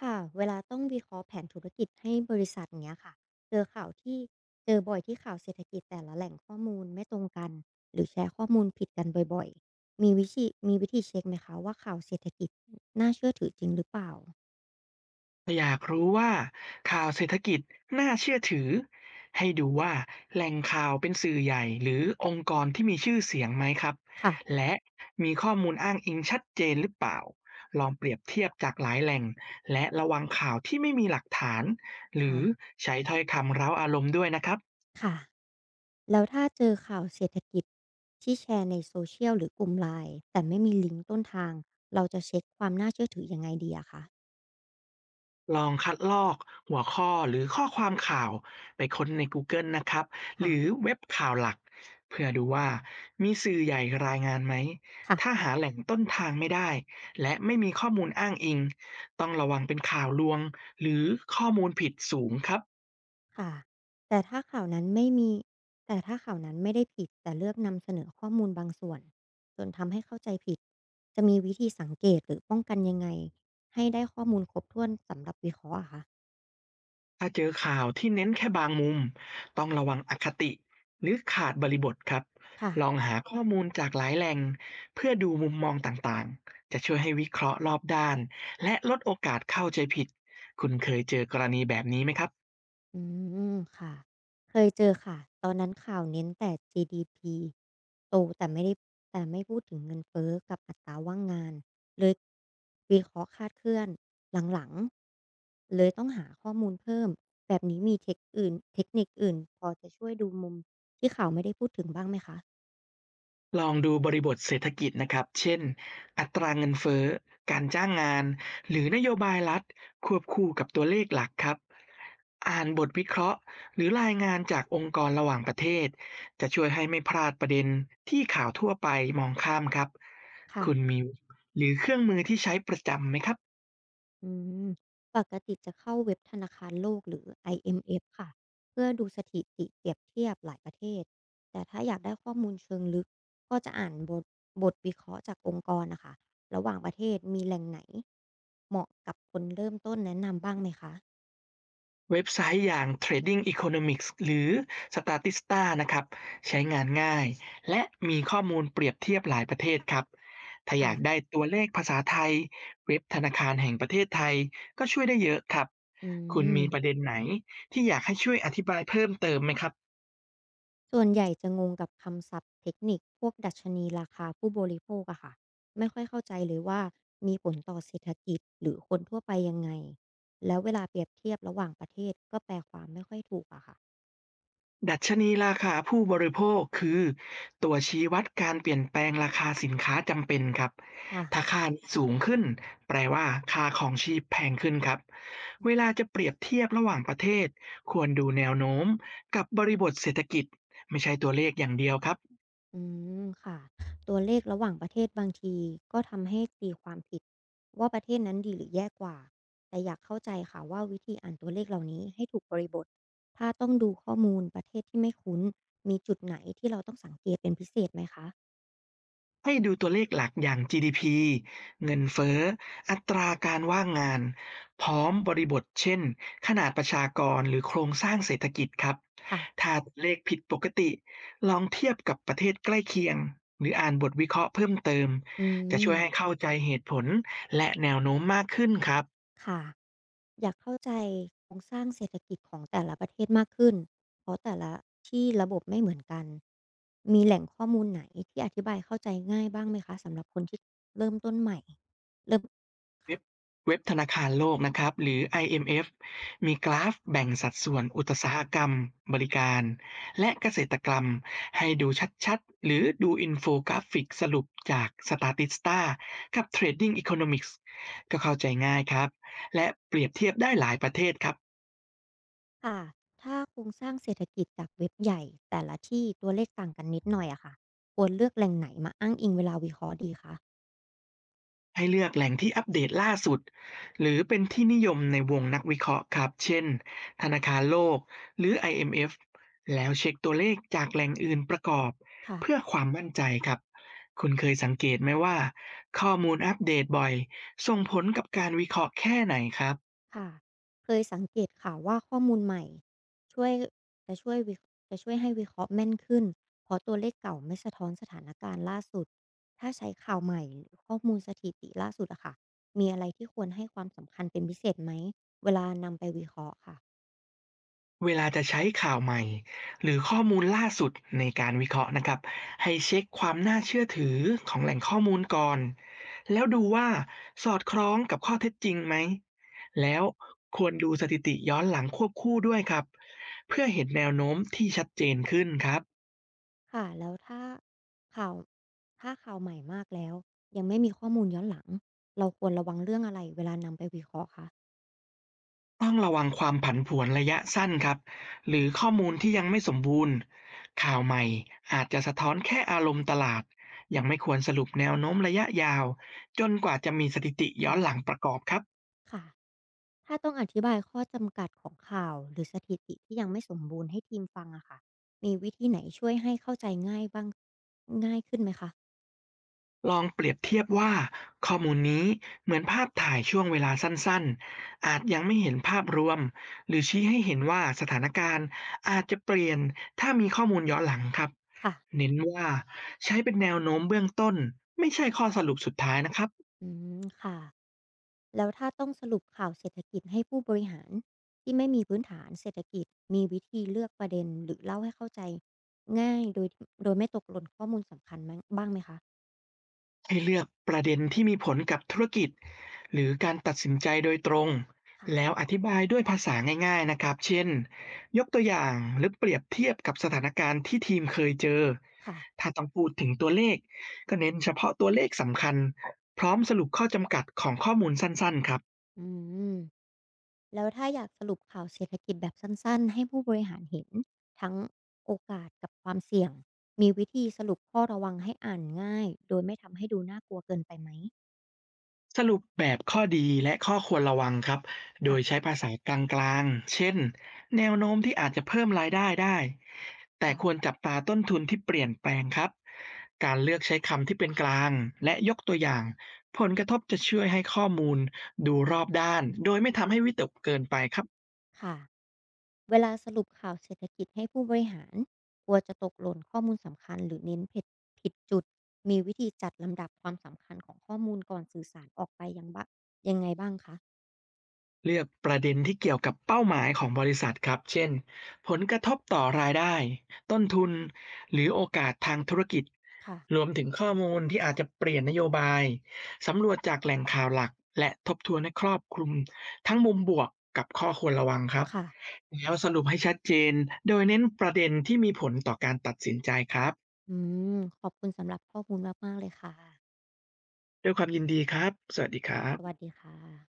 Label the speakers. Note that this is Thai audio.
Speaker 1: ค่ะเวลาต้องวิเคราะห์แผนธุรกิจให้บริษัทเนี้ยค่ะเจอข่าวที่เจอบ่อยที่ข่าวเศรษฐกิจแต่ละแหล่งข้อมูลไม่ตรงกันหรือแชร์ข้อมูลผิดกันบ่อยๆมีวิธีเช็คไหมคะว่าข่าวเศรษฐกิจน่าเชื่อถือจริงหรือเปล่า
Speaker 2: อยากรู้ว่าข่าวเศรษฐกิจน่าเชื่อถือให้ดูว่าแหล่งข่าวเป็นสื่อใหญ่หรือองค์กรที่มีชื่อเสียงไหมครับ
Speaker 1: ค่ะ
Speaker 2: และมีข้อมูลอ้างอิงชัดเจนหรือเปล่าลองเปรียบเทียบจากหลายแหล่งและระวังข่าวที่ไม่มีหลักฐานหรื
Speaker 1: ค่ะ
Speaker 2: อใช้ถ้อยคำเร้าอารมณ์ด้วยนะครับ
Speaker 1: ค่ะแล้วถ้าเจอข่าวเศรษฐกิจที่แชร์ใน s o ชี a l หรือกลุ่ม l ลน์แต่ไม่มีลิงก์ต้นทางเราจะเช็คความน่าเชื่อถือยังไงดีอะคะ
Speaker 2: ลองคัดลอกหัวข้อหรือข้อความข่าวไปค้นใน Google นะครับห
Speaker 1: ค่ะ
Speaker 2: รือเว็บข่าวหลักเพื่อดูว่ามีสื่อใหญ่รายงานไหม
Speaker 1: ค่ะ
Speaker 2: ถ้าหาแหล่งต้นทางไม่ได้และไม่มีข้อมูลอ้างอิงต้องระวังเป็นข่าวลวงหรือข้อมูลผิดสูงครับ
Speaker 1: ค่ะแต่ถ้าข่าวนั้นไม่มีแต่ถ้าข่าวนั้นไม่ได้ผิดแต่เลือกนำเสนอข้อมูลบางส่วนจนทำให้เข้าใจผิดจะมีวิธีสังเกตหรือป้องกันยังไงให้ได้ข้อมูลครบถ้วนสำหรับวิเคราะห์อะคะ
Speaker 2: ถ้าเจอข่าวที่เน้นแค่บางมุมต้องระวังอคติหรือขาดบริบทครับ
Speaker 1: ค่ะ
Speaker 2: ลองหาข้อมูลจากหลายแหล่งเพื่อดูมุมมองต่างๆจะช่วยให้วิเคราะห์รอบด้านและลดโอกาสเข้าใจผิดคุณเคยเจอกรณีแบบนี้ไหมครับ
Speaker 1: อืมค่ะเคยเจอค่ะตอนนั้นข่าวเน้นแต่ GDP โตแต่ไม่พูดถึงเงินเฟ้อกับอัตราว่างงานเลยวิเคราะห์คลาดเคลื่อนหลังๆเลยต้องหาข้อมูลเพิ่มแบบนี้มีเทคนิคอื่นพอจะช่วยดูมุมที่ข่าวไม่ได้พูดถึงบ้างไหมคะ
Speaker 2: ลองดูบริบทเศรษฐกิจนะครับ เช่นอัตราเงินเฟ้อการจ้างงานหรือนโยบายรัฐควบคู่กับตัวเลขหลักครับอ่านบทวิเคราะห์หรือรายงานจากองค์กรระหว่างประเทศจะช่วยให้ไม่พลาดประเด็นที่ข่าวทั่วไปมองข้ามครับ
Speaker 1: ค่ะ
Speaker 2: คุณมีหรือเครื่องมือที่ใช้ประจำไหมครับ
Speaker 1: อืมปกติจะเข้าเว็บธนาคารโลกหรือ IMF ค่ะเพื่อดูสถิติเปรียบเทียบหลายประเทศแต่ถ้าอยากได้ข้อมูลเชิงลึกก็จะอ่านบทวิเคราะห์จากองค์กรนะคะระหว่างประเทศมีแหล่งไหนเหมาะกับคนเริ่มต้นแนะนำบ้างไหมคะ
Speaker 2: เว็บไซต์อย่าง Trading Economics หรือ Statista นะครับใช้งานง่ายและมีข้อมูลเปรียบเทียบหลายประเทศครับถ้าอ
Speaker 1: ค่ะ
Speaker 2: ยากได้ตัวเลขภาษาไทยเว็บธนาคารแห่งประเทศไทยก็ช่วยได้เยอะครับ
Speaker 1: อื
Speaker 2: คุณ
Speaker 1: ม
Speaker 2: มีประเด็นไหนที่อยากให้ช่วยอธิบายเพิ่มเติมไหมครับ
Speaker 1: ส่วนใหญ่จะงงกับคำศัพท์เทคนิคพวกดัชนีราคาผู้บริโภคอะค่ะไม่ค่อยเข้าใจเลยว่ามีผลต่อเศรษฐกิจหรือคนทั่วไปยังไงแล้วเวลาเปรียบเทียบระหว่างประเทศก็แปลความไม่ค่อยถูกอะค่ะ
Speaker 2: ดัชนีราคาผู้บริโภคคือตัวชี้วัดการเปลี่ยนแปลงราคาสินค้าจำเป็นครับ
Speaker 1: ค่ะ
Speaker 2: ถ้าค่านี้สูงขึ้นแปลว่าค่าของชีพแพงขึ้นครับเวลาจะเปรียบเทียบระหว่างประเทศควรดูแนวโน้มกับบริบทเศรษฐกิจไม่ใช่ตัวเลขอย่างเดียวครับ
Speaker 1: อืมค่ะตัวเลขระหว่างประเทศบางทีก็ทำให้ตีความผิดว่าประเทศนั้นดีหรือแย่กว่าแต่อยากเข้าใจค่ะว่าวิธีอ่านตัวเลขเหล่านี้ให้ถูกบริบทถ้าต้องดูข้อมูลประเทศที่ไม่คุ้นมีจุดไหนที่เราต้องสังเกตเป็นพิเศษไหมคะ
Speaker 2: ให้ดูตัวเลขหลักอย่าง GDP เงินเฟ้ออัตราการว่างงานพร้อมบริบทเช่นขนาดประชากรหรือโครงสร้างเศรษฐกิจครับ
Speaker 1: ค่ะ
Speaker 2: ถ้าตัวเลขผิดปกติลองเทียบกับประเทศใกล้เคียงหรืออ่านบทวิเคราะห์เพิ่มเติม
Speaker 1: อื
Speaker 2: จะช่วยให้
Speaker 1: ม
Speaker 2: เข้าใจเหตุผลและแนวโน้มมากขึ้นครับ
Speaker 1: ค่ะ อยากเข้าใจโครงสร้างเศรษฐกิจของแต่ละประเทศมากขึ้น เพราะแต่ละที่ระบบไม่เหมือนกัน มีแหล่งข้อมูลไหนที่อธิบายเข้าใจง่ายบ้างไหมคะสำหรับคนที่เริ่มต้นใหม่เริ่มค่ะ
Speaker 2: เว็บเว็บธนาคารโลกนะครับหรือ IMF มเอฟมีกราฟแบ่งสัดส่วนอุตสาหกรรมบริการและเกษตรกรรมให้ดูชัดๆหรือดูอินโฟกราฟิกสรุปจาก Statista กับ Trading Economics ก็เข้าใจง่ายครับและเปรียบเทียบได้หลายประเทศครับ
Speaker 1: ค่ะถ้าโครงสร้างเศรษฐกิจจากเว็บใหญ่แต่ละที่ตัวเลขต่างกันนิดหน่อยอะค่ะควรเลือกแหล่งไหนมาอ้างอิงเวลาวิเคราะห์ดีคะ
Speaker 2: ให้เลือกแหล่งที่อัปเดตล่าสุดหรือเป็นที่นิยมในวงนักวิเคราะห์ครับเช่นธนาคารโลกหรือ IMF แล้วเช็คตัวเลขจากแหล่งอื่นประกอบเพื่อ
Speaker 1: ค่ะ
Speaker 2: ความมั่นใจครับคุณเคยสังเกตไหมว่าข้อมูลอัปเดตบ่อยส่งผลกับการวิเคราะห์แค่ไหนครับ
Speaker 1: ค่ะเคยสังเกตค่ะว่าข้อมูลใหม่ช่วยจะช่วยวิจะช่วยให้วิเคราะห์แม่นขึ้นเพราะตัวเลขเก่าไม่สะท้อนสถานการณ์ล่าสุดถ้าใช้ข่าวใหม่หรือข้อมูลสถิติล่าสุดอะค่ะมีอะไรที่ควรให้ความสำคัญเป็นพิเศษไหมเวลานำไปวิเคราะห์ค่ะ
Speaker 2: เวลาจะใช้ข่าวใหม่หรือข้อมูลล่าสุดในการวิเคราะห์นะครับให้เช็คความน่าเชื่อถือของแหล่งข้อมูลก่อนแล้วดูว่าสอดคล้องกับข้อเท็จจริงไหมแล้วควรดูสถิติย้อนหลังควบคู่ด้วยครับเพื่อเห็นแนวโน้มที่ชัดเจนขึ้นครับ
Speaker 1: ค่ะแล้วข่าวถ้าข่าวใหม่มากแล้วยังไม่มีข้อมูลย้อนหลังเราควรระวังเรื่องอะไรเวลานำไปวิเคราะห์คะ
Speaker 2: ต้องระวังความผันผวนระยะสั้นครับหรือข้อมูลที่ยังไม่สมบูรณ์ข่าวใหม่อาจจะสะท้อนแค่อารมณ์ตลาดยังไม่ควรสรุปแนวโน้มระยะยาวจนกว่าจะมีสถิติย้อ
Speaker 1: ค่ะ
Speaker 2: นหลังประกอบครับ
Speaker 1: ค่ะ ถ้าต้องอธิบายข้อจำกัดของข่าวหรือสถิติที่ยังไม่สมบูรณ์ให้ทีมฟังอะค่ะนะคะ
Speaker 2: ลองเปรียบเทียบว่าข้อมูลนี้เหมือนภาพถ่ายช่วงเวลาสั้นๆอาจยังไม่เห็นภาพรวมหรือชี้ให้เห็นว่าสถานการณ์อาจจะเปลี่ยนถ้ามีข้อมูลย้อนหลังครับ
Speaker 1: ค่ะ
Speaker 2: เน้นว่าใช้เป็นแนวโน้มเบื้องต้นไม่ใช่ข้อสรุปสุดท้ายนะครับ
Speaker 1: อืมค่ะแล้วถ้าต้องสรุปข่าวเศรษฐกิจให้ผู้บริหารที่ไม่มีพื้นฐานเศรษฐกิจ มีวิธีเลือกประเด็นหรือเล่าให้เข้าใจง่ายโดยไม่ตกหล่นข้อมูลสำคัญมั้งบ้างไหมคะ
Speaker 2: ให้เลือกประเด็นที่มีผลกับธุรกิจหรือการตัดสินใจโดยตรง
Speaker 1: ค่ะ
Speaker 2: แล้วอธิบายด้วยภาษาง่ายๆนะครับเช่นยกตัวอย่างหรือเปรียบเทียบกับสถานการณ์ที่ทีมเคยเจอ
Speaker 1: ค่ะ
Speaker 2: ถ้าต้องพูดถึงตัวเลขก็เน้นเฉพาะตัวเลขสำคัญพร้อมสรุปข้อจำกัดของข้อมูลสั้นๆครับ
Speaker 1: อืม แล้วถ้าอยากสรุปข่าวเศรษฐกิจแบบสั้นๆให้ผู้บริหารเห็นทั้งโอกาสกับความเสี่ยงมีวิธีสรุปข้อระวังให้อ่านง่ายโดยไม่ทำให้ดูน่ากลัวเกินไปไหม
Speaker 2: สรุปแบบข้อดีและข้อควรระวังครับ โดยใช้
Speaker 1: ค่ะ
Speaker 2: ภาษากลางๆเช่นแนวโน้มที่อาจจะเพิ่มรายได้ได้ แต่
Speaker 1: ค่ะ
Speaker 2: ควรจับตาต้นทุนที่เปลี่ยนแปลงครับ การเลือกใช้คำที่เป็นกลางและยกตัวอย่างผลกระทบจะช่วยให้ข้อมูลดูรอบด้านโดยไม่ทำให้วิตกเกินไปครับ
Speaker 1: ค่ะเวลาสรุปข่าวเศรษฐกิจให้ผู้บริหารกลัวจะตกหล่นข้อมูลสำคัญหรือเน้นผิดจุดมีวิธีจัดลำดับความสำคัญของข้อมูลก่อนสื่อสารออกไปยังไงบ้างคะ
Speaker 2: เลือกประเด็นที่เกี่ยวกับเป้าหมายของบริษัทครับ เช่น ผลกระทบต่อรายได้ ต้นทุนหรือโอกาสทางธุรกิจร
Speaker 1: ค่ะ
Speaker 2: วมถึงข้อมูลที่อาจจะเปลี่ยนนโยบาย สำรวจจากแหล่งข่าวหลักและทบทวนให้ครอบคลุมทั้งมุมบวกกับข้อควรระวังครับ
Speaker 1: ค่ะ
Speaker 2: แล้วสรุปให้ชัดเจนโดยเน้นประเด็นที่มีผลต่อการตัดสินใจครับ
Speaker 1: อืมขอบคุณสำหรับข้อมูลมากๆเลยค่ะ
Speaker 2: ด้วยความยินดีครับสวัสดีครับ
Speaker 1: สวัสดีค่ะ